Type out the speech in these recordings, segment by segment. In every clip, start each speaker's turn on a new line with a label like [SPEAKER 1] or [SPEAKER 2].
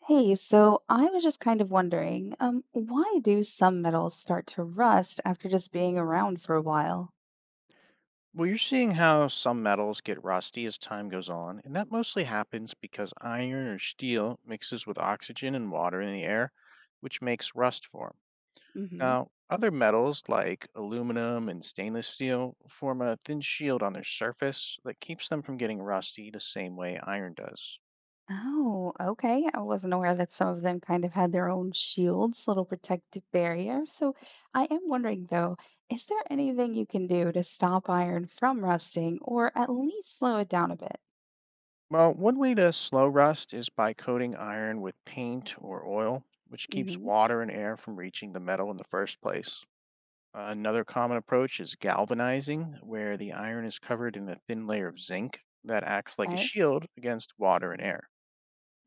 [SPEAKER 1] Hey, so I was just kind of wondering, why do some metals start to rust after just being around for a while?
[SPEAKER 2] Well, you're seeing how some metals get rusty as time goes on, and that mostly happens because iron or steel mixes with oxygen and water in the air, which makes rust form.
[SPEAKER 1] Hmm.
[SPEAKER 2] Now, other metals like aluminum and stainless steel form a thin shield on their surface that keeps them from getting rusty the same way iron does.
[SPEAKER 1] Oh, okay. I wasn't aware that some of them kind of had their own shields, little protective barrier. So I am wondering though, is there anything you can do to stop iron from rusting or at least slow it down a bit?
[SPEAKER 2] Well, one way to slow rust is by coating iron with paint or oil, which keeps
[SPEAKER 1] Hmm.
[SPEAKER 2] water and air from reaching the metal in the first place. Another common approach is galvanizing, where the iron is covered in a thin layer of zinc that acts like a
[SPEAKER 1] Okay.
[SPEAKER 2] shield against water and air.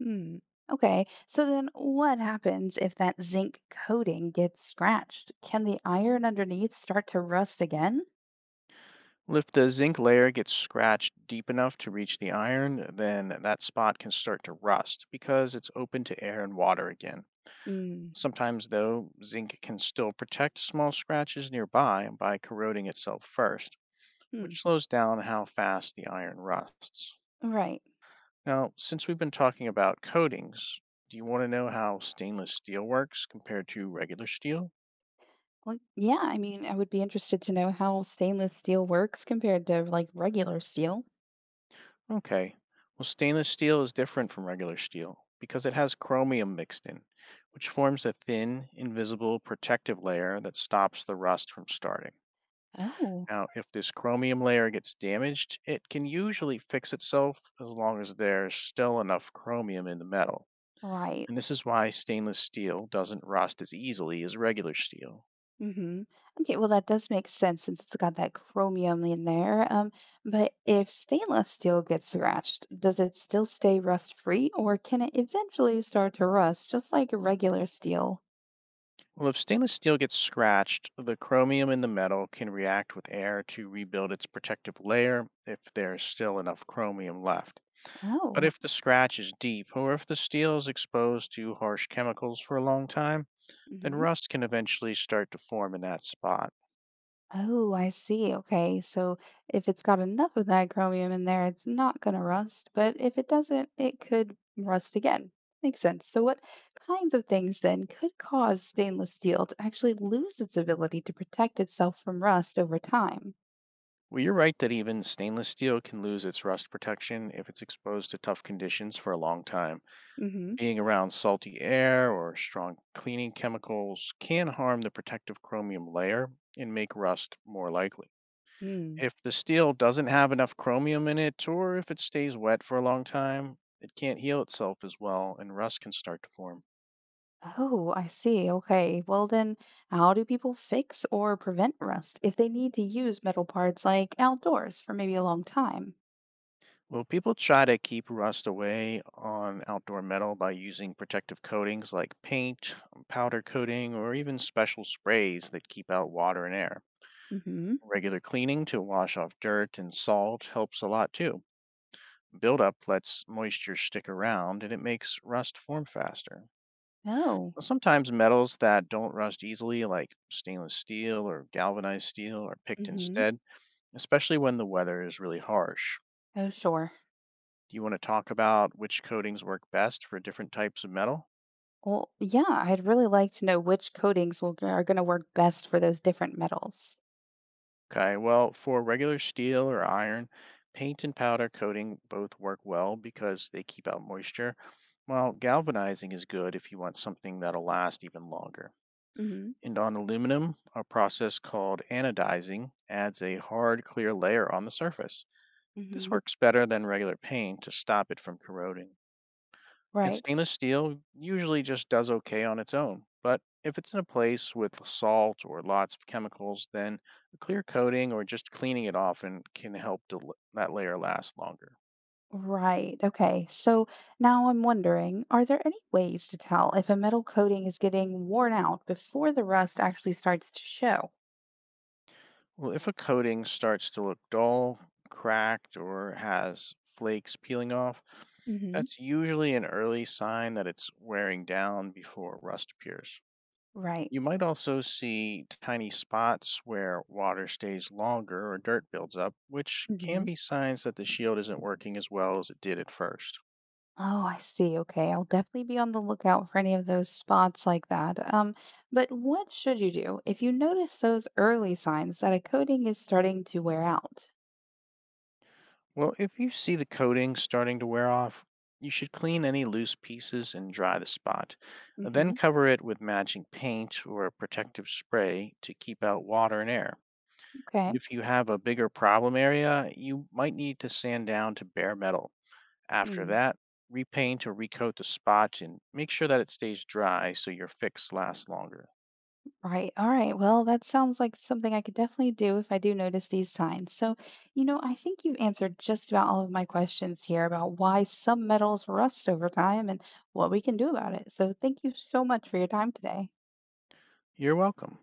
[SPEAKER 1] Hmm. Okay. So then what happens if that zinc coating gets scratched? Can the iron underneath start to rust again?
[SPEAKER 2] If the zinc layer gets scratched deep enough to reach the iron, then that spot can start to rust because it's open to air and water again.
[SPEAKER 1] Mm.
[SPEAKER 2] Sometimes, though, zinc can still protect small scratches nearby by corroding itself first,
[SPEAKER 1] Hmm.
[SPEAKER 2] which slows down how fast the iron rusts.
[SPEAKER 1] Right.
[SPEAKER 2] Now, since we've been talking about coatings, do you want to know how stainless steel works compared to regular steel?
[SPEAKER 1] Well, yeah, I mean, I would be interested to know how stainless steel works compared to like regular steel.
[SPEAKER 2] Okay. Well, stainless steel is different from regular steel because it has chromium mixed in, which forms a thin, invisible protective layer that stops the rust from starting.
[SPEAKER 1] Oh,
[SPEAKER 2] Now, if this chromium layer gets damaged, it can usually fix itself as long as there's still enough chromium in the metal. And this
[SPEAKER 1] right.
[SPEAKER 2] is why stainless steel doesn't rust as easily as regular steel.
[SPEAKER 1] Mm-hmm. Okay, well, that does make sense since it's got that chromium in there. But if stainless steel gets scratched, does it still stay rust free or can it eventually start to rust just like regular steel?
[SPEAKER 2] Well, if stainless steel gets scratched, the chromium in the metal can react with air to rebuild its protective layer if there's still enough chromium left. But
[SPEAKER 1] Oh.
[SPEAKER 2] if the scratch is deep or if the steel is exposed to harsh chemicals for a long time, then rust can eventually start to form in that spot.
[SPEAKER 1] Oh, I see. Okay. So if it's got enough of that chromium in there, it's not going to rust. But if it doesn't, it could rust again. Makes sense. So, what kinds of things then could cause stainless steel to actually lose its ability to protect itself from rust over time?
[SPEAKER 2] Well, you're right that even stainless steel can lose its rust protection if it's exposed to tough conditions for a long time.
[SPEAKER 1] Mm-hmm.
[SPEAKER 2] Being around salty air or strong cleaning chemicals can harm the protective chromium layer and make rust more likely.
[SPEAKER 1] Mm.
[SPEAKER 2] If the steel doesn't have enough chromium in it, or if it stays wet for a long time, it can't heal itself as well and rust can start to form.
[SPEAKER 1] Oh, I see. Okay. Well, then, how do people fix or prevent rust if they need to use metal parts like outdoors for maybe a long time?
[SPEAKER 2] Well, people try to keep rust away on outdoor metal by using protective coatings like paint, powder coating, or even special sprays that keep out water and air.
[SPEAKER 1] Mm-hmm.
[SPEAKER 2] Regular cleaning to wash off dirt and salt helps a lot too. Buildup lets moisture stick around and it makes rust form faster.
[SPEAKER 1] Oh.
[SPEAKER 2] Sometimes metals that don't rust easily, like stainless steel or galvanized steel, are picked
[SPEAKER 1] Mm-hmm.
[SPEAKER 2] instead, especially when the weather is really harsh.
[SPEAKER 1] Oh, sure.
[SPEAKER 2] Do you want to talk about which coatings work best for different types of metal?
[SPEAKER 1] Well, yeah, I'd really like to know which coatings will are going to work best for those different metals.
[SPEAKER 2] Okay, well, for regular steel or iron, paint and powder coating both work well because they keep out moisture, while galvanizing is good if you want something that'll last even longer.
[SPEAKER 1] Hmm.
[SPEAKER 2] And on aluminum, a process called anodizing adds a hard, clear layer on the surface. This
[SPEAKER 1] Hmm.
[SPEAKER 2] works better than regular paint to stop it from corroding. And
[SPEAKER 1] Right.
[SPEAKER 2] stainless steel usually just does okay on its own, but if it's in a place with salt or lots of chemicals, then a clear coating or just cleaning it off and can help that layer last longer.
[SPEAKER 1] Right. Okay. So now I'm wondering, are there any ways to tell if a metal coating is getting worn out before the rust actually starts to show?
[SPEAKER 2] Well, if a coating starts to look dull, cracked, or has flakes peeling off,
[SPEAKER 1] Hmm.
[SPEAKER 2] that's usually an early sign that it's wearing down before rust appears.
[SPEAKER 1] Right.
[SPEAKER 2] You might also see tiny spots where water stays longer or dirt builds up, which can
[SPEAKER 1] Hmm.
[SPEAKER 2] be signs that the shield isn't working as well as it did at first.
[SPEAKER 1] Oh, I see. Okay. I'll definitely be on the lookout for any of those spots like that. But what should you do if you notice those early signs that a coating is starting to wear out?
[SPEAKER 2] Well, if you see the coating starting to wear off, you should clean any loose pieces and dry the spot. Then
[SPEAKER 1] Hmm.
[SPEAKER 2] cover it with matching paint or a protective spray to keep out water and air.
[SPEAKER 1] Okay.
[SPEAKER 2] If you have a bigger problem area, you might need to sand down to bare metal. After
[SPEAKER 1] Mm,
[SPEAKER 2] that, repaint or recoat the spot and make sure that it stays dry so your fix lasts longer.
[SPEAKER 1] right. All right. Well, that sounds like something I could definitely do if I do notice these signs. So, I think you've answered just about all of my questions here about why some metals rust over time and what we can do about it. So, thank you so much for your time today.
[SPEAKER 2] You're welcome.